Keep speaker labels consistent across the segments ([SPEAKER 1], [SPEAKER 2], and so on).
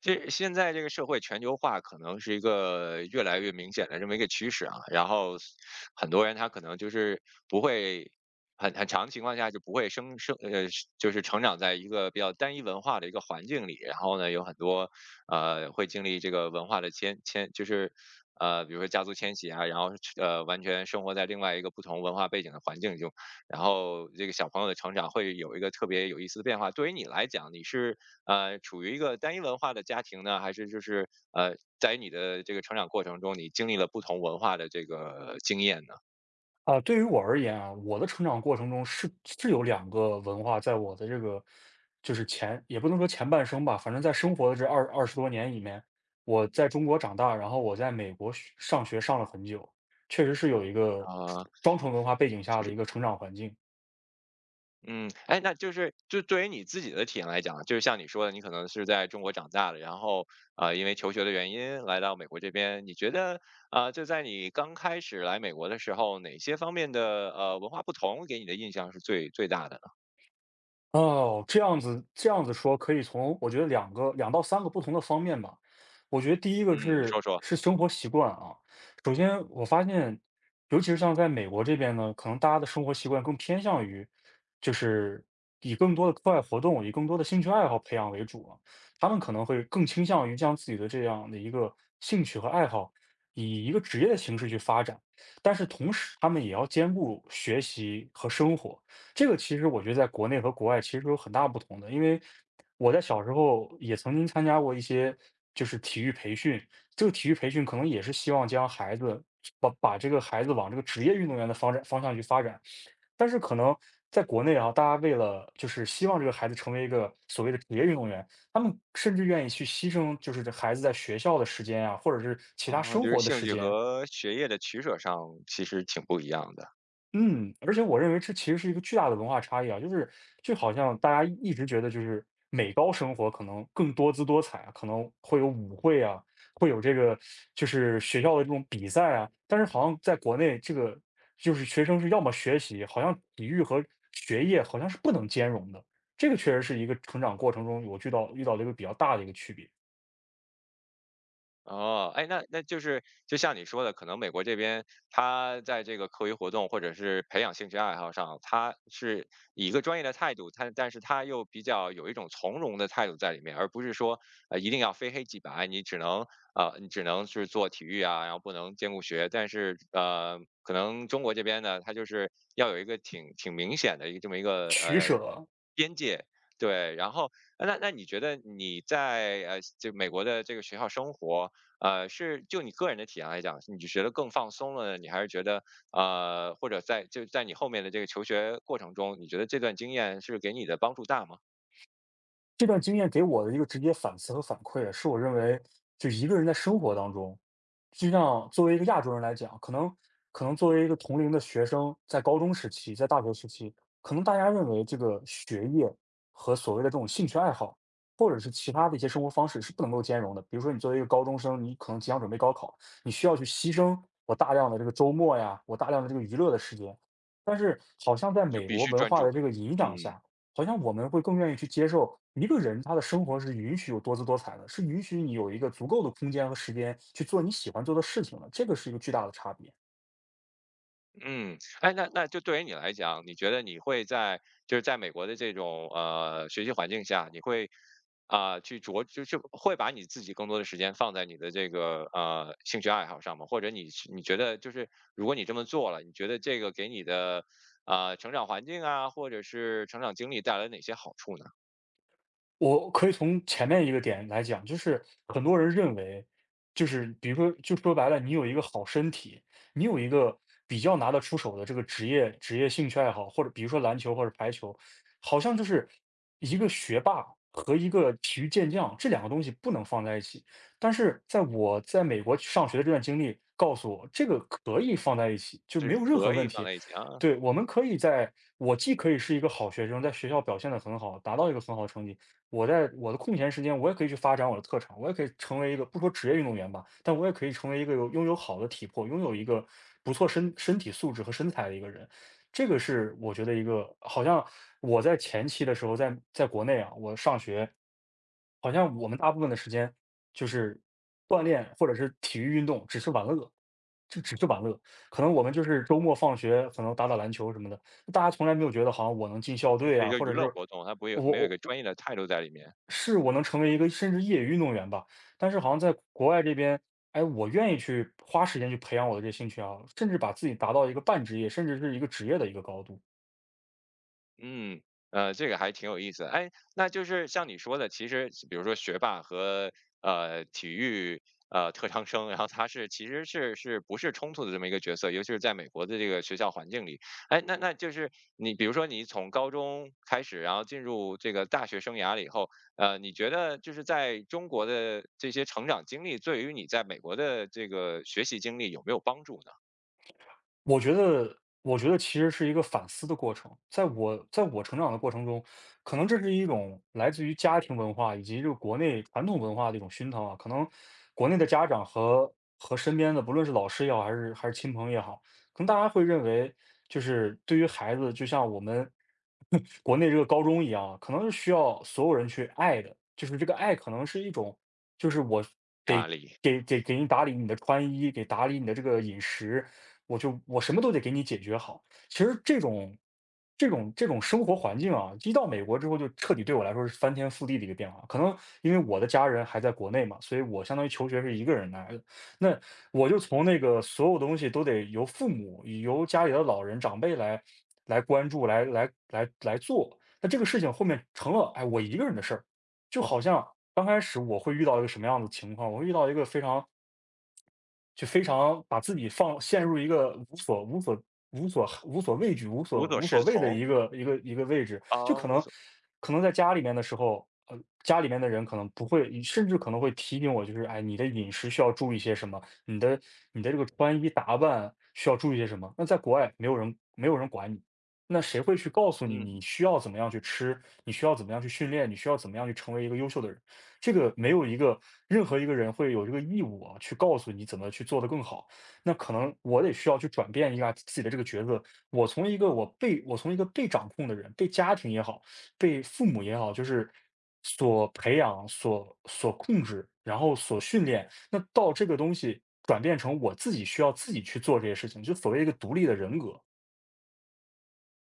[SPEAKER 1] 这现在这个社会全球化可能是一个越来越明显的这么一个趋势啊，然后很多人他可能就是不会很长情况下就不会生生呃就是成长在一个比较单一文化的一个环境里，然后呢有很多会经历这个文化的迁就是比如说家族迁徙啊，然后完全生活在另外一个不同文化背景的环境中，然后这个小朋友的成长会有一个特别有意思的变化。对于你来讲，你是处于一个单一文化的家庭呢，还是就是在你的这个成长过程中，你经历了不同文化的这个经验呢？
[SPEAKER 2] 啊，对于我而言啊，我的成长过程中是有两个文化在我的这个，就是前也不能说前半生吧，反正在生活的这二十多年里面，我在中国长大，然后我在美国上学了很久，确实是有一个
[SPEAKER 1] 啊，
[SPEAKER 2] 双重文化背景
[SPEAKER 1] 其
[SPEAKER 2] 下的
[SPEAKER 1] 实，
[SPEAKER 2] 一个成长环境。
[SPEAKER 1] 嗯，哎，那就是就对于你自己的体验来讲，就是像你说的，你可能是在中国长大的，然后因为求学的原因来到美国这边，你觉得就在你刚开始来美国的时候，哪些方面的文化不同给你的印象是最大的呢？
[SPEAKER 2] 哦，这样子说，可以从我觉得两到三个不同的方面吧。我觉得第一个
[SPEAKER 1] 嗯，你说
[SPEAKER 2] 是
[SPEAKER 1] 说。
[SPEAKER 2] 是生活习惯啊。首先我发现，尤其是像在美国这边呢，可能大家的生活习惯更偏向于，就是以更多的课外活动，以更多的兴趣爱好培养为主啊。他们可能会更倾向于将自己的这样的一个兴趣和爱好，以一个职业的形式去发展。但是同时他们也要兼顾学习和生活。这个其实我觉得在国内和国外其实有很大不同的，因为我在小时候也曾经参加过一些就是体育培训，这个体育培训可能也是希望将孩子把这个孩子往这个职业运动员的方向去发展，但是可能在国内啊，大家为了就是希望这个孩子成为一个所谓的职业运动员，他们甚至愿意去牺牲就是这孩子在学校的时间啊，或者是其他
[SPEAKER 1] 啊，
[SPEAKER 2] 生
[SPEAKER 1] 就是
[SPEAKER 2] 活的
[SPEAKER 1] 兴
[SPEAKER 2] 时
[SPEAKER 1] 趣
[SPEAKER 2] 间，
[SPEAKER 1] 和学业的取舍上其实挺不一样的。
[SPEAKER 2] 嗯，而且我认为这其实是一个巨大的文化差异啊，就是就好像大家一直觉得就是美高生活可能更多姿多彩啊，可能会有舞会啊，会有这个就是学校的这种比赛啊，但是好像在国内这个就是学生是要么学习，好像体育和学业好像是不能兼容的，这个确实是一个成长过程中我遇到了一个比较大的一个区别
[SPEAKER 1] 哦，哎，那那就是就像你说的，可能美国这边他在这个课余活动或者是培养兴趣爱好上，他是以一个专业的态度，他但是他又比较有一种从容的态度在里面，而不是说一定要非黑即白，你只能你只能是做体育啊，然后不能兼顾学。但是可能中国这边呢，他就是要有一个挺明显的一个这么一个
[SPEAKER 2] 取舍啊。
[SPEAKER 1] 边界。对，然后那那你觉得你在就美国的这个学校生活，呃，是就你个人的体验来讲，你就觉得更放松了，你还是觉得或者在就在你后面的这个求学过程中，你觉得这段经验是给你的帮助大吗？
[SPEAKER 2] 这段经验给我的一个直接反思和反馈，是我认为就一个人在生活当中，就像作为一个亚洲人来讲，可能作为一个同龄的学生，在高中时期，在大学时期，可能大家认为这个学业和所谓的这种兴趣爱好，或者是其他的一些生活方式是不能够兼容的。比如说，你作为一个高中生，你可能即将准备高考，你需要去牺牲我大量的这个周末呀，我大量的这个娱乐的时间。但是，好像在
[SPEAKER 1] 就
[SPEAKER 2] 美
[SPEAKER 1] 必
[SPEAKER 2] 国
[SPEAKER 1] 须
[SPEAKER 2] 文
[SPEAKER 1] 专
[SPEAKER 2] 化
[SPEAKER 1] 注，
[SPEAKER 2] 的这个影响
[SPEAKER 1] 嗯。
[SPEAKER 2] 下，好像我们会更愿意去接受一个人他的生活是允许有多姿多彩的，是允许你有一个足够的空间和时间去做你喜欢做的事情的，这个是一个巨大的差别。
[SPEAKER 1] 嗯，哎，那那就对于你来讲，你觉得你会在就是在美国的这种学习环境下，你会去着就是会把你自己更多的时间放在你的这个兴趣爱好上吗？或者你是你觉得就是如果你这么做了，你觉得这个给你的成长环境啊，或者是成长经历带来哪些好处呢？
[SPEAKER 2] 我可以从前面一个点来讲，就是很多人认为，就是比如说，就说白了，你有一个好身体，你有一个比较拿得出手的这个职业兴趣爱好，或者比如说篮球或者排球，好像就是一个学霸和一个体育健将这两个东西不能放在一起。但是在我在美国上学的这段经历告诉我，这个可以放在一起，就
[SPEAKER 1] 这
[SPEAKER 2] 没有任何
[SPEAKER 1] 可以
[SPEAKER 2] 问
[SPEAKER 1] 放
[SPEAKER 2] 题。
[SPEAKER 1] 在一起啊，
[SPEAKER 2] 对，我们可以在，我既可以是一个好学生，在学校表现得很好，达到一个很好的成绩，我在我的空闲时间，我也可以去发展我的特长，我也可以成为一个不说职业运动员吧，但我也可以成为一个有拥有好的体魄，拥有一个不错身体素质和身材的一个人。这个是我觉得一个好像我在前期的时候在国内啊，我上学，好像我们大部分的时间就是锻炼或者是体育运动，只是玩乐，就只是玩乐。可能我们就是周末放学，可能打打篮球什么的，大家从来没有觉得好像我能进校
[SPEAKER 1] 这
[SPEAKER 2] 队
[SPEAKER 1] 是一
[SPEAKER 2] 啊，
[SPEAKER 1] 个
[SPEAKER 2] 或
[SPEAKER 1] 娱
[SPEAKER 2] 者
[SPEAKER 1] 乐
[SPEAKER 2] 是
[SPEAKER 1] 活动，它不会有
[SPEAKER 2] 我
[SPEAKER 1] 没有一个
[SPEAKER 2] 我
[SPEAKER 1] 专业的态度在里面。
[SPEAKER 2] 是我能成为一
[SPEAKER 1] 嗯
[SPEAKER 2] 个甚至业余运动员吧，但是好像在国外这边，哎，我愿意去花时间去培养我的这兴趣啊，甚至把自己达到一个半职业，甚至是一个职业的一个高度。
[SPEAKER 1] 嗯，这个还挺有意思的哎，那就是像你说的，其实比如说学霸和体育特长生，然后他是其实是不是冲突的这么一个角色，尤其是在美国的这个学校环境里。哎，那那就是你比如说你从高中开始，然后进入这个大学生涯了以后，你觉得就是在中国的这些成长经历，对于你在美国的这个学习经历有没有帮助呢？
[SPEAKER 2] 我觉得我觉得其实是一个反思的过程。在我成长的过程中，可能这是一种来自于家庭文化以及这个国内传统文化的一种熏陶啊。可能国内的家长和身边的，不论是老师也好，还是亲朋也好，可能大家会认为，就是对于孩子，就像我们 国内这个高中一样，可能是需要所有人去爱的，就是这个爱可能是一种，就是我
[SPEAKER 1] 压
[SPEAKER 2] 得。
[SPEAKER 1] 力，
[SPEAKER 2] 给你打理你的穿衣，给打理你的这个饮食，我就我什么都得给你解决好。其实这种生活环境啊，一到美国之后就彻底对我来说是翻天覆地的一个变化。可能因为我的家人还在国内嘛，所以我相当于求学是一个人来的。那我就从那个所有东西都得由父母、由家里的老人长辈来来关注、来做。那这个事情后面成了哎我一个人的事儿，就好像刚开始我会遇到一个什么样的情况，我会遇到一个非常把自己陷入一个无所畏惧、无
[SPEAKER 1] 无
[SPEAKER 2] 所
[SPEAKER 1] 所
[SPEAKER 2] 无
[SPEAKER 1] 适
[SPEAKER 2] 所谓的
[SPEAKER 1] 从
[SPEAKER 2] 一个位置。就
[SPEAKER 1] 啊，
[SPEAKER 2] 可
[SPEAKER 1] 无
[SPEAKER 2] 能
[SPEAKER 1] 所
[SPEAKER 2] 在家里面的时候，家里面的人可能不会，甚至可能会提醒我，就是哎，你的饮食需要注意些什么，你的这个穿衣打扮需要注意些什么。那在国外没有人管你，那谁会去告诉你
[SPEAKER 1] 嗯。
[SPEAKER 2] 你需要怎么样去吃，你需要怎么样去训练，你需要怎么样去成为一个优秀的人？这个没有一个任何一个人会有这个义务啊，去告诉你怎么去做得更好。那可能我得需要去转变一下自己的这个角色，我从一个被掌控的人，被家庭也好，被父母也好，就是所培养、所控制，然后所训练，那到这个东西转变成我自己需要自己去做这些事情，就所谓一个独立的人格。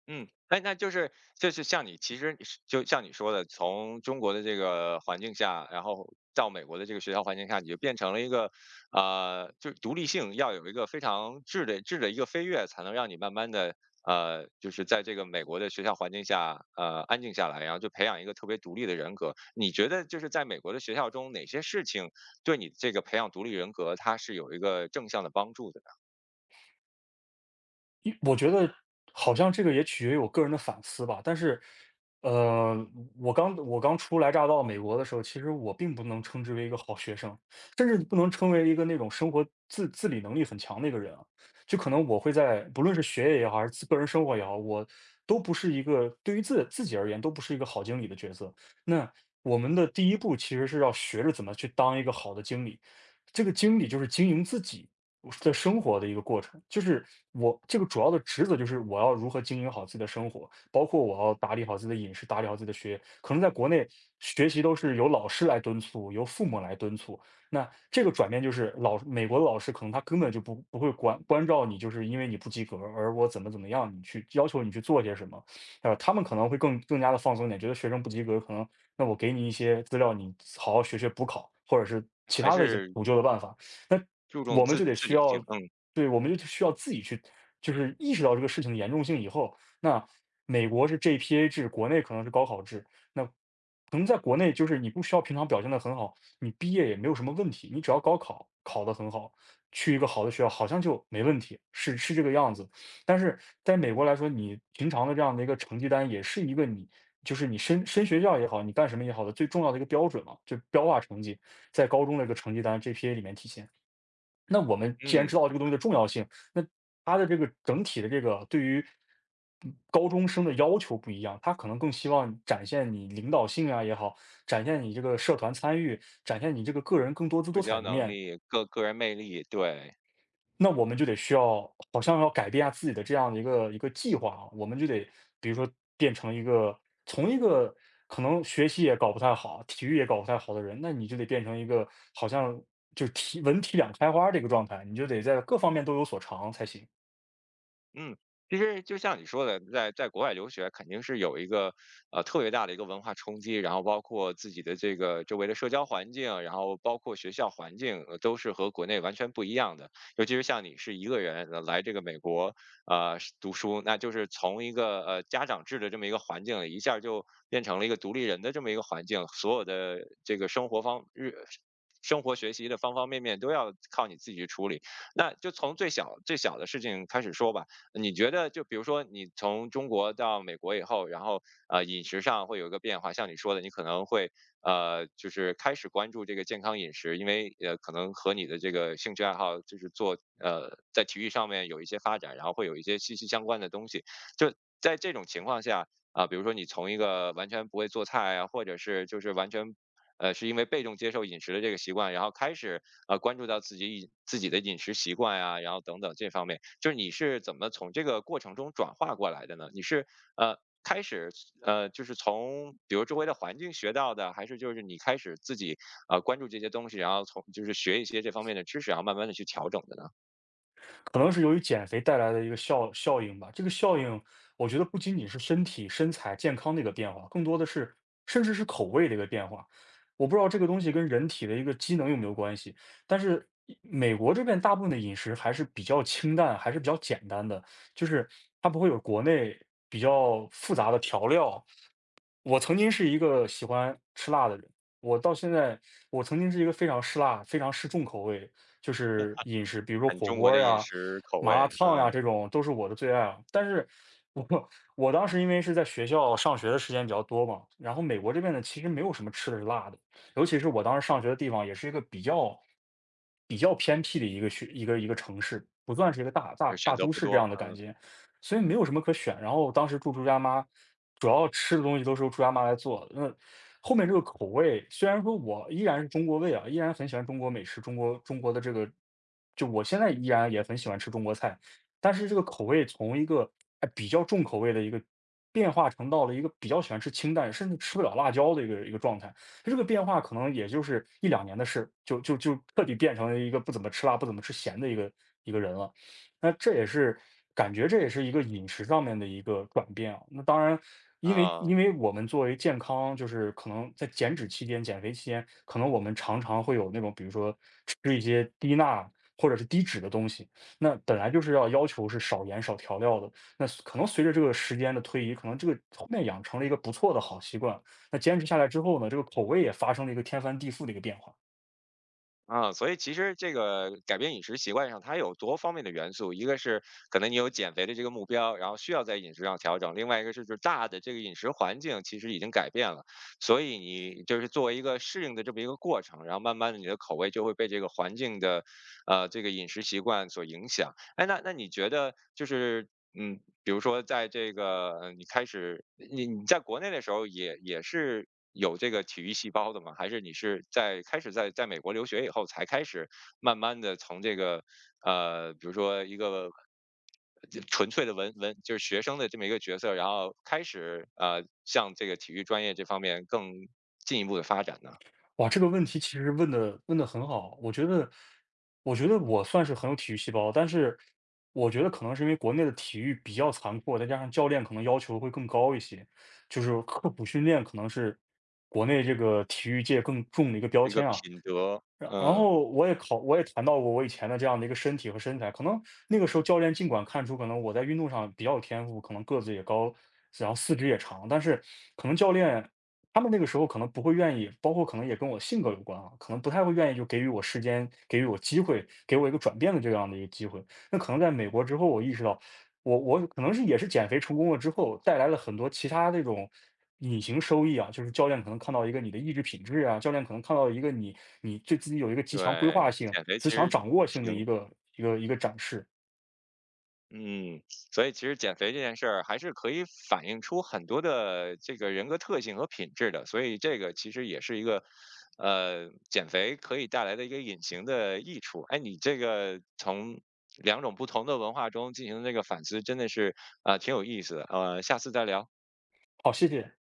[SPEAKER 1] 嗯，那那就是就是像你，其实你是就像你说的，从中国的这个环境下，然后到美国的这个学校环境下，你就变成了一个，就是独立性要有一个非常质的一个飞跃，才能让你慢慢的，就是在这个美国的学校环境下，安静下来，然后就培养一个特别独立的人格。你觉得就是在美国的学校中，哪些事情对你这个培养独立人格，它是有一个正向的帮助的呢？
[SPEAKER 2] 我觉得好像这个也取决于我个人的反思吧，但是，呃，我刚初来乍到美国的时候，其实我并不能称之为一个好学生，甚至不能称为一个那种生活自理能力很强的一个人啊。就可能我会在不论是学业也好，还是个人生活也好，我都不是一个对于自己而言都不是一个好经理的角色。那我们的第一步其实是要学着怎么去当一个好的经理，这个经理就是经营自己。我在生活的一个过程，就是我这个主要的职责就是我要如何经营好自己的生活，包括我要打理好自己的饮食，打理好自己的学业。可能在国内学习都是由老师来敦促，由父母来敦促。那这个转变就是老美国的老师可能他根本就不会关照你，就是因为你不及格，而我怎么样，你去要求你去做些什么，他们可能会更加的放松一点，觉得学生不及格，可能那我给你一些资料，你好好学补考，或者是其
[SPEAKER 1] 还
[SPEAKER 2] 他的一些
[SPEAKER 1] 是
[SPEAKER 2] 补救的办法。那
[SPEAKER 1] 注重
[SPEAKER 2] 我们
[SPEAKER 1] 自
[SPEAKER 2] 就得
[SPEAKER 1] 自
[SPEAKER 2] 需
[SPEAKER 1] 理性？
[SPEAKER 2] 要
[SPEAKER 1] 嗯
[SPEAKER 2] 对，我们就需要自己去就是意识到这个事情的严重性以后，那美国是 GPA 制，国内可能是高考制，那可能在国内就是你不需要平常表现的很好，你毕业也没有什么问题，你只要高考考得很好，去一个好的学校好像就没问题，是这个样子。但是在美国来说，你平常的这样的一个成绩单也是一个你就是你升学校也好，你干什么也好的最重要的一个标准嘛，就标化成绩在高中的一个成绩单 GPA 里面体现。那我们既然
[SPEAKER 1] 嗯。
[SPEAKER 2] 知道这个东西的重要性，那它的这个整体的这个对于嗯高中生的要求不一样，他可能更希望展现你领导性啊也好，展现你这个社团参与，展现你这个个人更多姿
[SPEAKER 1] 社
[SPEAKER 2] 多彩
[SPEAKER 1] 交
[SPEAKER 2] 一
[SPEAKER 1] 能
[SPEAKER 2] 面，
[SPEAKER 1] 力、个人魅力，对。
[SPEAKER 2] 那我们就得需要好像要改变下自己的这样的一个计划啊，我们就得比如说变成一个从一个可能学习也搞不太好，体育也搞不太好的人，那你就得变成一个好像就体文体两开花这个状态，你就得在各方面都有所长才行。
[SPEAKER 1] 嗯，其实就像你说的，在国外留学肯定是有一个特别大的一个文化冲击，然后包括自己的这个周围的社交环境，然后包括学校环境，都是和国内完全不一样的。尤其是像你是一个人来这个美国是读书，那就是从一个家长制的这么一个环境，一下就变成了一个独立人的这么一个环境，所有的这个生活方日。生活学习的方方面面都要靠你自己去处理，那就从最小的事情开始说吧。你觉得就比如说你从中国到美国以后，然后饮食上会有一个变化，像你说的，你可能会就是开始关注这个健康饮食，因为可能和你的这个兴趣爱好就是做在体育上面有一些发展，然后会有一些息息相关的东西。就在这种情况下比如说你从一个完全不会做菜啊，或者是就是完全是因为被动接受饮食的这个习惯，然后开始关注到自己饮自己的饮食习惯呀、然后等等这方面。就是你是怎么从这个过程中转化过来的呢？你是呃开始就是从比如周围的环境学到的，还是就是你开始自己关注这些东西，然后从就是学一些这方面的知识，然后慢慢的去调整的呢？
[SPEAKER 2] 可能是由于减肥带来的一个效应吧。这个效应，我觉得不仅仅是身体、身材、健康的一个变化，更多的是甚至是口味的一个变化。我不知道这个东西跟人体的一个机能有没有关系，但是一美国这边大部分的饮食还是比较清淡，还是比较简单的，就是它不会有国内比较复杂的调料，我曾经是一个喜欢吃辣的人，我到现在，我曾经是一个非常吃辣、非常吃重口味，就是饮食，比如说
[SPEAKER 1] 看
[SPEAKER 2] 火
[SPEAKER 1] 中
[SPEAKER 2] 锅
[SPEAKER 1] 国的
[SPEAKER 2] 儿
[SPEAKER 1] 饮
[SPEAKER 2] 呀、
[SPEAKER 1] 食口
[SPEAKER 2] 麻辣
[SPEAKER 1] 味，
[SPEAKER 2] 烫呀，
[SPEAKER 1] 嗯，
[SPEAKER 2] 这种都是我的最爱啊。但是我我当时因为是在学校上学的时间比较多嘛，然后美国这边呢，其实没有什么吃的是辣的，尤其是我当时上学的地方，也是一个比较偏僻的一个一个城市，不算是一个大大
[SPEAKER 1] 选
[SPEAKER 2] 大
[SPEAKER 1] 择
[SPEAKER 2] 都
[SPEAKER 1] 不
[SPEAKER 2] 市这
[SPEAKER 1] 多
[SPEAKER 2] 样的感觉。所以没有什么可选。然后当时住朱家妈，主要吃的东西都是由朱家妈来做的那后面这个口味，虽然说我依然是中国胃啊，依然很喜欢中国美食，中国的这个，就我现在依然也很喜欢吃中国菜，但是这个口味从一个哎比较重口味的一个变化成到了一个比较喜欢吃清淡，甚至吃不了辣椒的一个状态。这个变化可能也就是一两年的事，就彻底变成了一个不怎么吃辣、不怎么吃咸的一个人了。那这也是感觉这也是一个饮食上面的一个转变啊。那当然，
[SPEAKER 1] 嗯
[SPEAKER 2] 因为
[SPEAKER 1] 啊。
[SPEAKER 2] 因为我们作为健康，就是可能在减脂期间、减肥期间，可能我们常常会有那种，比如说吃一些低钠或者是低脂的东西。那本来就是要求是少盐少调料的，那可能随着这个时间的推移，可能这个后面养成了一个不错的好习惯。那坚持下来之后呢，这个口味也发生了一个天翻地覆的一个变化。
[SPEAKER 1] 啊，所以其实这个改变饮食习惯上，它有多方面的元素，一个是可能你有减肥的这个目标，然后需要在饮食上调整；另外一个是就是大的这个饮食环境其实已经改变了，所以你就是作为一个适应的这么一个过程，然后慢慢的你的口味就会被这个环境的这个饮食习惯所影响。哎，那那你觉得就是嗯，比如说在这个你开始你你在国内的时候也是有这个体育细胞的吗？还是你是在开始在美国留学以后才开始慢慢的从这个比如说一个就纯粹的文就是学生的这么一个角色，然后开始向这个体育专业这方面更进一步的发展呢？
[SPEAKER 2] 哇，这个问题其实问的很好。我觉得，我觉得我算是很有体育细胞，但是我觉得可能是因为国内的体育比较残酷，再加上教练可能要求会更高一些，就是刻苦训练可能是国内这个体育界更重的一个标
[SPEAKER 1] 一个
[SPEAKER 2] 签啊。
[SPEAKER 1] 品德，
[SPEAKER 2] 然然
[SPEAKER 1] 嗯，
[SPEAKER 2] 后我也谈到过我以前的这样的一个身体和身材，可能那个时候教练尽管看出可能我在运动上比较有天赋，可能个子也高，然后四肢也长，但是可能教练他们那个时候可能不会愿意，包括可能也跟我性格有关啊，可能不太会愿意就给予我时间，给予我机会，给我一个转变的这样的一个机会。那可能在美国之后，我意识到我可能是也是减肥成功了之后，带来了很多其他这种隐形收益啊，就是教练可能看到一个你的意志品质啊，教练可能看到一个你你对自己有一个极强规划
[SPEAKER 1] 对，
[SPEAKER 2] 性、
[SPEAKER 1] 减肥其
[SPEAKER 2] 极强
[SPEAKER 1] 实
[SPEAKER 2] 掌握性的
[SPEAKER 1] 挺
[SPEAKER 2] 一个展示。
[SPEAKER 1] 嗯，所以其实减肥这件事儿还是可以反映出很多的这个人格特性和品质的，所以这个其实也是一个，减肥可以带来的一个隐形的益处。哎，你这个从两种不同的文化中进行这个反思，真的是挺有意思的。呃，下次再聊。
[SPEAKER 2] 好，谢谢。